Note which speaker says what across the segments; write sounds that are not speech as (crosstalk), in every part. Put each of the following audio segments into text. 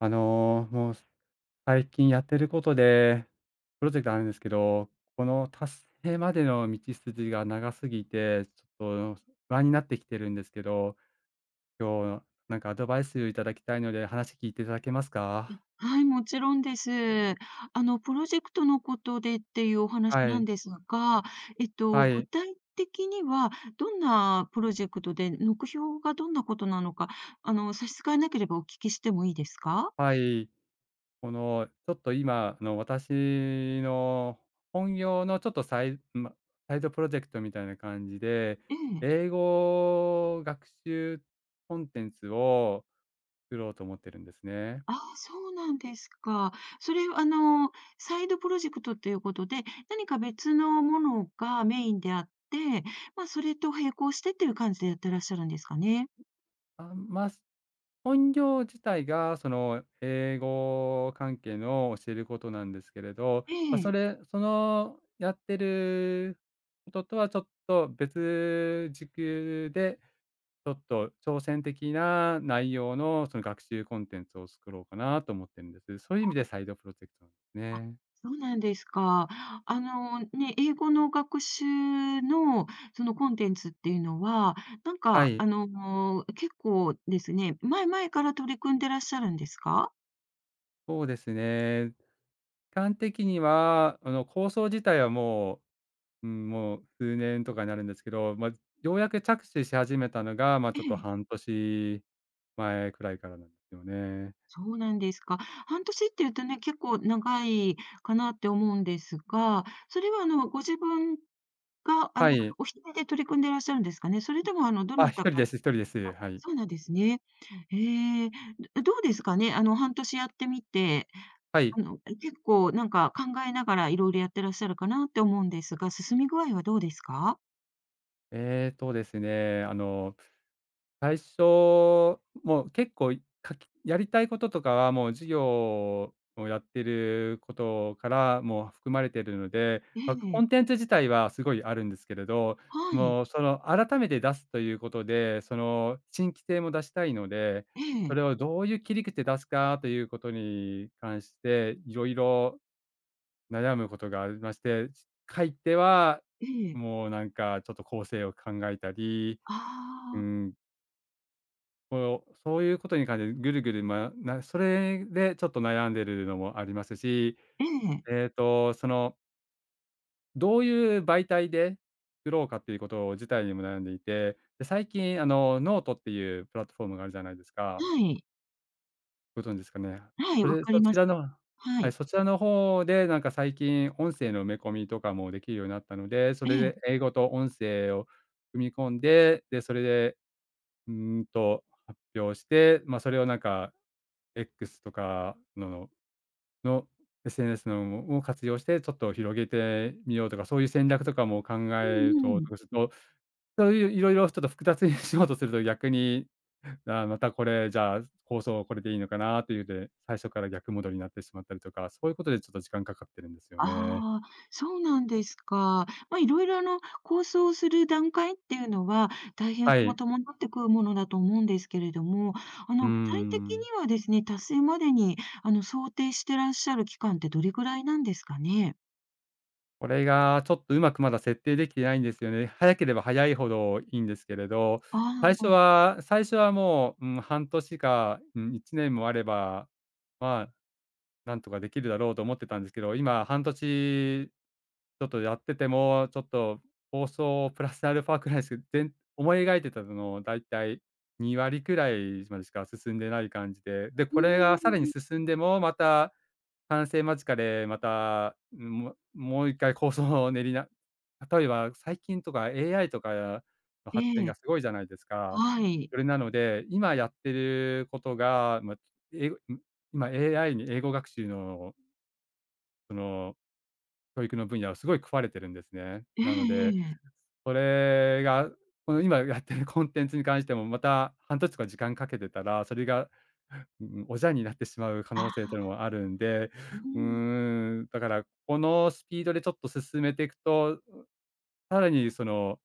Speaker 1: もう最近やってることで、プロジェクトあるんですけど、この達成までの道筋が長すぎて、ちょっと不安になってきてるんですけど、今日なんかアドバイスいただきたいので話聞いていただけますか？
Speaker 2: はい、もちろんです。プロジェクトのことでっていうお話
Speaker 1: は
Speaker 2: な
Speaker 1: い、
Speaker 2: んですが、
Speaker 1: は
Speaker 2: 具
Speaker 1: い、
Speaker 2: 体的にはどんなプロジェクトで、目標がどんなことなのか、差し支えなければお聞きしてもいいですか？
Speaker 1: はい。このちょっと今、私の本業のちょっとサイドプロジェクトみたいな感じで、
Speaker 2: ええ。
Speaker 1: 英語学習コンテンツを作ろうと思ってるんですね。
Speaker 2: ああ、そうなんですか。それ、サイドプロジェクトということで、何か別のものがメインであって、まあ、それと並行してっていう感じでやってらっしゃるんですかね？
Speaker 1: あ、まあ、す本業自体がその英語関係の教えることなんですけれど、
Speaker 2: え
Speaker 1: まあ、そ
Speaker 2: え。
Speaker 1: れそのやってることとはちょっと別軸で、ちょっと挑戦的な内容のその学習コンテンツを作ろうかなと思ってるんです。そういう意味でサイドプロジェクトなんですね。
Speaker 2: そうなんですか。あの、ね、英語の学習のそのコンテンツっていうのは、なん
Speaker 1: は
Speaker 2: か、
Speaker 1: い、
Speaker 2: 結構ですね、前々から取り組んでらっしゃるんですか？
Speaker 1: そうですね。端的には、あの構想自体はもううん、もう数年とかになるんですけど、まあ、ようやく着手し始めたのが、まあ、
Speaker 2: え
Speaker 1: ちょっと
Speaker 2: え、
Speaker 1: 半年前くらいからなんですよね。
Speaker 2: そうなんですか。半年っていうとね、結構長いかなって思うんですが、それはあの、ご自分があの、
Speaker 1: はい。
Speaker 2: お一人で取り組んでいらっしゃるんですかね？それともあの、ど
Speaker 1: あ、
Speaker 2: な
Speaker 1: 一
Speaker 2: た
Speaker 1: 人
Speaker 2: か
Speaker 1: です一人です。はい。
Speaker 2: そうなんですね。ええ、どうですかね？あの、半年やってみて、
Speaker 1: はい。
Speaker 2: 結構なんか考えながらいろいろやってらっしゃるかなって思うんですが、進み具合はどうですか？
Speaker 1: えーとですね、あの、最初、もう結構、いかきやりたいこととかは、もう授業をやってることから、もう含まれているので、
Speaker 2: え
Speaker 1: ま、コ
Speaker 2: え、
Speaker 1: ンテンツ自体はすごいあるんですけれど、
Speaker 2: はい、
Speaker 1: もうその改めて出すということで、その新規性も出したいので、
Speaker 2: え
Speaker 1: そ
Speaker 2: え、
Speaker 1: れをどういう切り口で出すかということに関して、いろいろ悩むことがありまして、書いては、
Speaker 2: ええ、
Speaker 1: もうなんかちょっと構成を考えたり、
Speaker 2: あ
Speaker 1: うー
Speaker 2: あ、
Speaker 1: ん、こう、そういうことに関してぐるぐる、それでちょっと悩んでるのもありますし、
Speaker 2: ええ、
Speaker 1: その、どういう媒体で作ろうかっていうこと自体にも悩んでいて、で、最近ノートっていうプラットフォームがあるじゃないですか。
Speaker 2: はい、
Speaker 1: ご存知ですかね？
Speaker 2: はい、わか
Speaker 1: そ
Speaker 2: り
Speaker 1: ち
Speaker 2: ます。
Speaker 1: らの、
Speaker 2: は
Speaker 1: はい、
Speaker 2: い、
Speaker 1: そちらの方でなんか最近音声の埋め込みとかもできるようになったので、そ
Speaker 2: え
Speaker 1: れ
Speaker 2: え、
Speaker 1: で英語と音声を組み込んで、で、それで、発表して、ま、それをなんか X とかの SNS のを活用して、ちょっと広げてみようとか、そういう戦略とかも考
Speaker 2: う
Speaker 1: える
Speaker 2: んう
Speaker 1: とと
Speaker 2: ん。
Speaker 1: かすると、そういういろいろちょっと複雑に (laughs) しようとすると逆に、あ、またこれ、じゃあ、構想これでいいのかなというで、最初から逆戻りになってしまったりとか、そういうことでちょっと時間かかってるんですよね。
Speaker 2: ああ、そうなんですか。まあ、いろいろあの、構想する段階っていうのは、大変
Speaker 1: は
Speaker 2: さも
Speaker 1: い。
Speaker 2: 伴ってくるものだと思うんですけれども、
Speaker 1: うー
Speaker 2: 具体的に
Speaker 1: ん。
Speaker 2: はですね、達成までにあの、想定してらっしゃる期間ってどれぐらいなんですかね？
Speaker 1: これがちょっとうまくまだ設定できてないんですよね。早ければ早いほどいいんですけれど、
Speaker 2: ああ、
Speaker 1: 最初はもう、半年か、1年もあれば、まあ、なんとかできるだろうと思ってたんですけど、今半年ちょっとやってても、ちょっと放送プラスアルファくらいしか、思い描いてたのの大体2割くらいまでしか進んでない感じで、で、
Speaker 2: う
Speaker 1: これが
Speaker 2: ー
Speaker 1: さらに
Speaker 2: ん。
Speaker 1: 進んでも、また完成間近でまた、ももう1回構想を練りな (laughs) 例えば最近とか AI とかの
Speaker 2: え
Speaker 1: 発展
Speaker 2: え、
Speaker 1: がすごいじゃないですか。
Speaker 2: はい。
Speaker 1: それなので、今やってることが、ま、えいん、今 AI に英語学習の、その、教育の分野はすごい食われてるんですね。
Speaker 2: ええ
Speaker 1: なの
Speaker 2: え
Speaker 1: で
Speaker 2: えええ。
Speaker 1: それが、この今やってる (laughs) コンテンツに関しても、また半年とか時間かけてたら、それが、うん、おじゃになってしまう可能性
Speaker 2: あ、
Speaker 1: というのもあるんで、
Speaker 2: うー
Speaker 1: うー
Speaker 2: ん、
Speaker 1: ん、だから、このスピードでちょっと進めていくと、さらにその、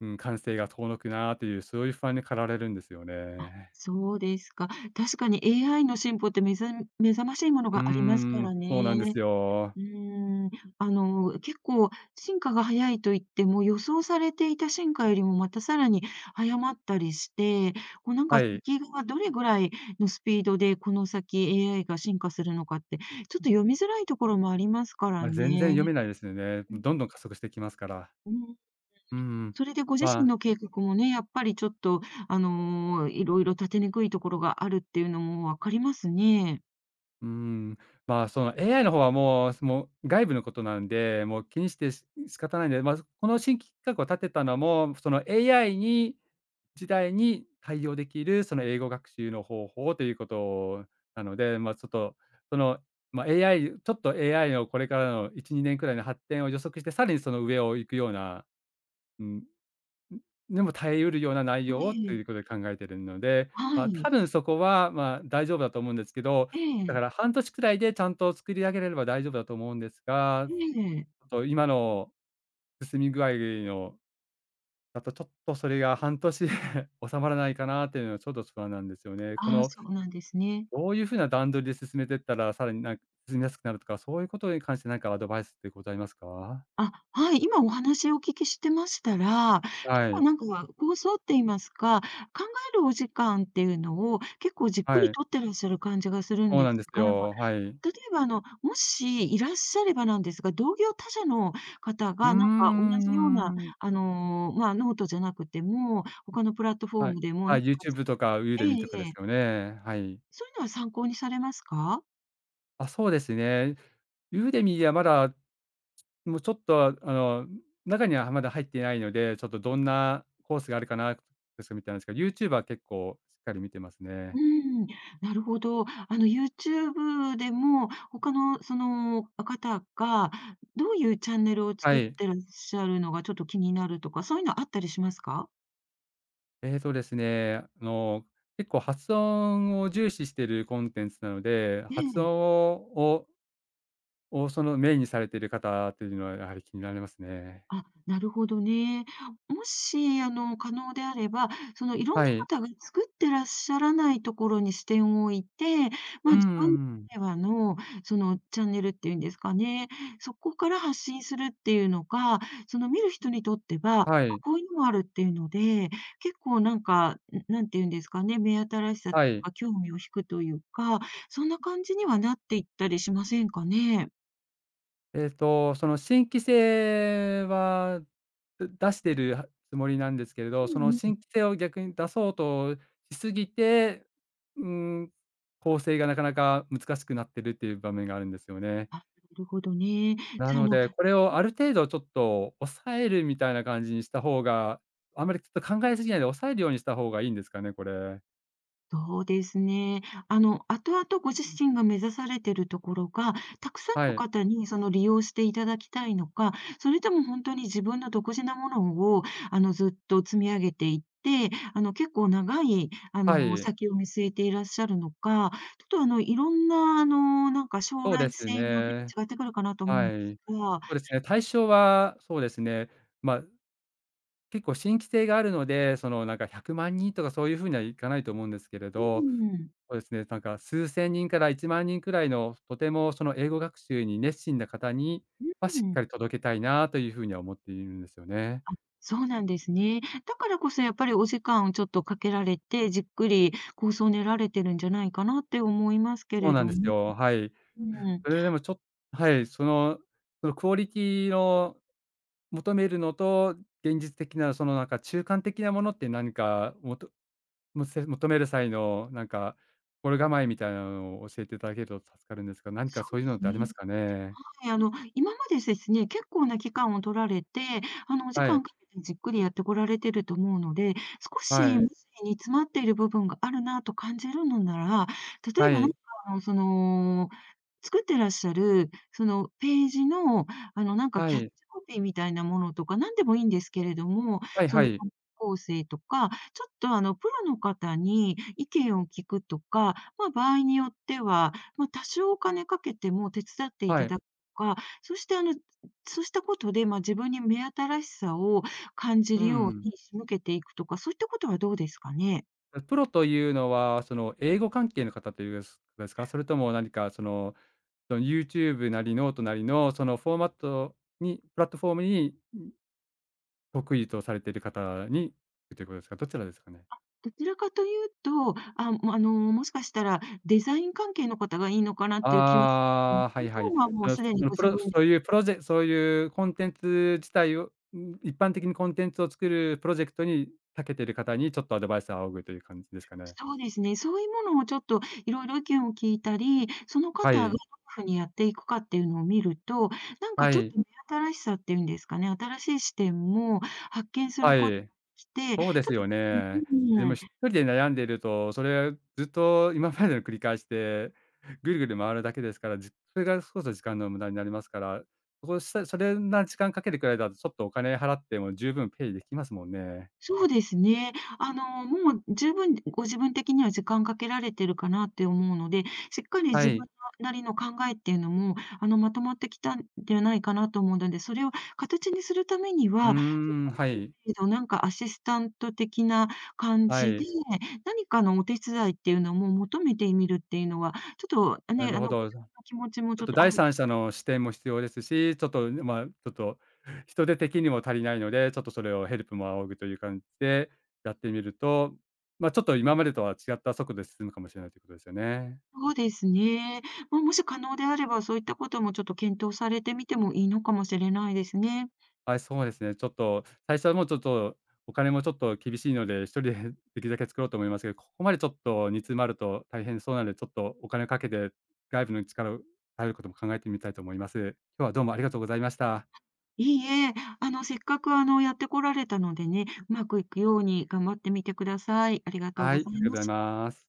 Speaker 1: うん、完成が遠のくなという、そういう不安に駆られるんですよね。
Speaker 2: そうですか。確かに AI の進歩って目覚ましいもの
Speaker 1: うー
Speaker 2: がありますか
Speaker 1: ん、
Speaker 2: ら
Speaker 1: そう
Speaker 2: ね。
Speaker 1: なんですよ。
Speaker 2: うーん、結構進化が早いと言っても、予想されていた進化よりもまたさらに早まったりして、こうなんか
Speaker 1: はい。
Speaker 2: 先がどれぐらいのスピードでこの先 AI が進化するのかって、ちょっと読みづらいところもありますから
Speaker 1: まあ、全然
Speaker 2: ね。
Speaker 1: 読めないですよね。
Speaker 2: うん、
Speaker 1: どんどん加速してきますから。
Speaker 2: うん。
Speaker 1: ううん。
Speaker 2: それでご自
Speaker 1: ま
Speaker 2: 身
Speaker 1: あ
Speaker 2: の計画もね、やっぱりちょっと、いろいろ立てにくいところがあるっていうのもわかりますね。
Speaker 1: うーん、まあ、その AI の方はもう、もう外部のことなんで、もう気にしてし仕方ないんで、まず、この新規企画を立てたのも、その AI に時代に対応できる、その英語学習の方法ということなので、まあ、ちょっと、その、まあ、AI ちょっと AI のこれからの1、2年くらいの発展を予測して、さらにその上を行くような、うんでも耐えうるような内容を
Speaker 2: え
Speaker 1: とい
Speaker 2: え、
Speaker 1: うことで考えてるので、
Speaker 2: は
Speaker 1: まあ、多
Speaker 2: い。
Speaker 1: 分そこは、まあ、大丈夫だと思うんですけど、
Speaker 2: え
Speaker 1: だ
Speaker 2: え、
Speaker 1: から半年くらいでちゃんと作り上げれれば、大丈夫だと思うんですが、
Speaker 2: ええ。
Speaker 1: ちょっと今の進み具合のだとちょっとそれが半年で (laughs) 収まらないかなっていうのはちょっと不安なんですよね。こ
Speaker 2: ああ、
Speaker 1: の
Speaker 2: そうなんですね。
Speaker 1: どういうふうな段取りで進めていったら、さらになんか進みやすくなるとか、そういうことに関して何かアドバイスってございますか？
Speaker 2: あ、はい、今お話をお聞きしてましたら、結
Speaker 1: は
Speaker 2: 構
Speaker 1: い、
Speaker 2: なんか構想って言いますか、考えるお時間っていうのを結構じっく
Speaker 1: は
Speaker 2: り
Speaker 1: い、
Speaker 2: とってらっしゃる感じがするん
Speaker 1: そう
Speaker 2: で
Speaker 1: なん
Speaker 2: す
Speaker 1: です
Speaker 2: が
Speaker 1: よ。はい。
Speaker 2: 例えば、もしいらっしゃればなんですが、同業他社の方
Speaker 1: うー
Speaker 2: が、なんか同じような、
Speaker 1: ん。
Speaker 2: まあ、ノートじゃなくても、他のプラットフォ
Speaker 1: は
Speaker 2: ー
Speaker 1: い。
Speaker 2: ムでも、な
Speaker 1: は
Speaker 2: ん
Speaker 1: い、
Speaker 2: か
Speaker 1: YouTube とか
Speaker 2: ええ
Speaker 1: Udemy とか
Speaker 2: え
Speaker 1: です
Speaker 2: え。
Speaker 1: よね。はい。
Speaker 2: そういうのは参考にされますか？
Speaker 1: あ、そうですね。Udemy はまだ、もうちょっと、中にはまだ入っていないので、ちょっとどんなコースがあるかなですみたいなんですけど、YouTube は結構しっかり見てます
Speaker 2: う
Speaker 1: ね。
Speaker 2: ーん、なるほど。あの、YouTube でも、他のその方が、どういうチャンネルを
Speaker 1: は
Speaker 2: 作っ
Speaker 1: い。
Speaker 2: てらっしゃるのがちょっと気になるとか、そういうのあったりしますか？
Speaker 1: ええとですね、あの、結構発音を重視しているコンテンツなので、
Speaker 2: え
Speaker 1: 発音
Speaker 2: え。
Speaker 1: をををそのメインにされている方っていうのはやはり気になりますね。
Speaker 2: あ、なるほどね。もし、可能であれば、その、いろん
Speaker 1: はい。
Speaker 2: な方が作ってらっしゃらないところに視点を置いて、
Speaker 1: う
Speaker 2: まあ、自分な
Speaker 1: ん。
Speaker 2: らではの、その、チャンネルっていうんですかね、そこから発信するっていうのが、その、見る人にとっては、あ、
Speaker 1: はい、
Speaker 2: こういうのもあるっていうので、結構なんか、ん、ていうんですかね、目新しさと
Speaker 1: はい。
Speaker 2: か興味を引くというか、そんな感じにはなっていったりしませんかね？
Speaker 1: その新規性は、出してるつもりなんですけれど、
Speaker 2: う
Speaker 1: その
Speaker 2: んう
Speaker 1: 新
Speaker 2: ん。
Speaker 1: 規性を逆に出そうとしすぎて、うん、構成がなかなか難しくなってるっていう場面があるんですよね。
Speaker 2: あ、なるほどね。
Speaker 1: な
Speaker 2: じゃあ、あ
Speaker 1: の
Speaker 2: の
Speaker 1: で、これをある程度ちょっと抑えるみたいな感じにした方が、あんまりちょっと考えすぎないで抑えるようにした方がいいんですかね、これ。
Speaker 2: そうですね。後々ご自身が目指されてるところが、たくさん
Speaker 1: は
Speaker 2: の
Speaker 1: い。
Speaker 2: 方にその利用していただきたいのか、それとも本当に自分の独自なものを、ずっと積み上げていって、あの、結構長い、あ
Speaker 1: は
Speaker 2: の、
Speaker 1: い。
Speaker 2: 先を見据えていらっしゃるのか、ちょっと、あの、いろんな、あの、なんか将
Speaker 1: そう
Speaker 2: 来
Speaker 1: です
Speaker 2: 性によって
Speaker 1: ね。
Speaker 2: 違ってくるかなと思うん
Speaker 1: は
Speaker 2: です
Speaker 1: い。
Speaker 2: が、う
Speaker 1: そうですね、対象はそうですね、ま、あ結構新規性があるので、その、なんか100万人とかそういう風にはいかないと思うんですけれど、
Speaker 2: ん、
Speaker 1: そうですね、なんか数千人から1万人くらいの、とてもその英語学習に熱心な方には、
Speaker 2: う
Speaker 1: しっ
Speaker 2: ん。
Speaker 1: かり届けたいなという風には思っているんですよね。
Speaker 2: そうなんですね。だからこそやっぱりお時間をちょっとかけられて、じっくり構想を練られてるんじゃないかなって思いますけ
Speaker 1: そう
Speaker 2: れ
Speaker 1: な
Speaker 2: ど
Speaker 1: んです
Speaker 2: も。
Speaker 1: よ、はい。
Speaker 2: うん、
Speaker 1: それでもちょっはい、その、そのクオリティの求めるのと、現実的なそのなんか中間的なものって何かもとむせ求める際のなんか、心構えみたいなのを教えていただけると助かるんですが、何
Speaker 2: そ
Speaker 1: か
Speaker 2: う
Speaker 1: そういう
Speaker 2: で
Speaker 1: のっ
Speaker 2: す
Speaker 1: てありま
Speaker 2: ね。
Speaker 1: すかね？
Speaker 2: はい、今までですね、結構な期間を取られて、お時
Speaker 1: は
Speaker 2: 間
Speaker 1: い、
Speaker 2: かけてじっくりやってこられてると思うので、少し
Speaker 1: は
Speaker 2: 無理
Speaker 1: い、
Speaker 2: に詰まっている部分があるなと感じるのなら、例
Speaker 1: は
Speaker 2: えばなん
Speaker 1: い、
Speaker 2: かあの、その、作ってらっしゃる、そのページの、なんか
Speaker 1: は
Speaker 2: キャッチ
Speaker 1: い、
Speaker 2: コピーみたいなものとか、何でもいいんですけれども、
Speaker 1: はい
Speaker 2: そ
Speaker 1: は
Speaker 2: の
Speaker 1: い、
Speaker 2: 観光構成とか、ちょっとあの、プロの方に意見を聞くとか、ま、場合によっては、ま、多少お金かけても手伝ってい
Speaker 1: は
Speaker 2: た
Speaker 1: い。
Speaker 2: だくとか、そしてあの、そうしたことで、ま、自分に目新しさを感じ
Speaker 1: う
Speaker 2: るよう
Speaker 1: ん。
Speaker 2: に仕向けていくとか、そういったことはどうですかね？
Speaker 1: プロというのは、その、英語関係の方というですか？それとも何かその、その、YouTube なりノートなりの、そのフォーマットにプラットフォームに得意とされている方にということですか？どちらですかね？
Speaker 2: どちらかというと、あ、もあの、もしかしたらデザイン関係の方がいいのかなっていう気はしうん
Speaker 1: ああ、は
Speaker 2: あ
Speaker 1: いはい。
Speaker 2: とはもう
Speaker 1: あ、
Speaker 2: す
Speaker 1: そ
Speaker 2: でに
Speaker 1: の
Speaker 2: ご
Speaker 1: プ
Speaker 2: 自
Speaker 1: ロ
Speaker 2: 分で
Speaker 1: そういうプロジェそういうコンテンツ自体を、一般的にコンテンツを作るプロジェクトに長けてる方にちょっとアドバイスを仰ぐという感じですかね。
Speaker 2: そうですね、そういうものをちょっといろいろ意見を聞いたり、その
Speaker 1: は
Speaker 2: 方がどうい
Speaker 1: い、
Speaker 2: うふうにやっていくかっていうのを見ると、なんか
Speaker 1: は
Speaker 2: ちょっ
Speaker 1: い、
Speaker 2: と目新しさっていうんですかね、新しい視点も発見す
Speaker 1: は
Speaker 2: ることが
Speaker 1: い。
Speaker 2: できて、ち
Speaker 1: そうで
Speaker 2: ょ
Speaker 1: す
Speaker 2: っと
Speaker 1: よね。
Speaker 2: う
Speaker 1: でも
Speaker 2: ん、
Speaker 1: 1人で悩んでいると、それずっと今までの繰り返しで、ぐるぐる回るだけですから、それがこそ時間の無駄になりますから、そこしたそれな時間かけてくらいだとちょっとお金払っても十分ペイできますもんね。
Speaker 2: そうですね。もう十分ご自分的には時間かけられてるかなって思うので、しっかり
Speaker 1: は
Speaker 2: 自
Speaker 1: い。
Speaker 2: 分なりの考えっていうのも、まとまってきたんではないかなと思うので、それを形にするために
Speaker 1: うー
Speaker 2: は、ちょっ
Speaker 1: ん、
Speaker 2: とあ
Speaker 1: は
Speaker 2: る
Speaker 1: い。
Speaker 2: 程度なんかアシスタント的な感
Speaker 1: は
Speaker 2: じで、
Speaker 1: い、
Speaker 2: 何かのお手伝いっていうのも求めてみるっていうのは、ちょっと
Speaker 1: な
Speaker 2: ね、
Speaker 1: るほ
Speaker 2: ご
Speaker 1: ど。ち
Speaker 2: 自
Speaker 1: ょ
Speaker 2: 分の気持ちもち
Speaker 1: っ
Speaker 2: ょっ
Speaker 1: と
Speaker 2: とあ
Speaker 1: 第
Speaker 2: る。
Speaker 1: 三者の視点も必要ですし、ちょっと、まあ、ちょっと人手的にも足りないので、ちょっとそれをヘルプも仰ぐという感じでやってみると、まあ、ちょっと今までとは違った速度で進むかもしれないということですよね。
Speaker 2: そうですね。ま、もし可能であれば、そういったこともちょっと検討されてみてもいいのかもしれないですね。
Speaker 1: はい、そうですね。ちょっと最初はもうちょっとお金もちょっと厳しいので、一人で (laughs) できるだけ作ろうと思いますけど、ここまでちょっと煮詰まると大変そうなので、ちょっとお金をかけて外部の力を頼ることも考えてみたいと思います。今日はどうもありがとうございました。
Speaker 2: いいえ、あの、せっかくあの、やってこられたのでね、うまくいくように頑張ってみてください。ありがとう
Speaker 1: はい、
Speaker 2: ご
Speaker 1: あり
Speaker 2: ざ
Speaker 1: が
Speaker 2: い
Speaker 1: とうご
Speaker 2: ま
Speaker 1: ざい
Speaker 2: す。
Speaker 1: ます。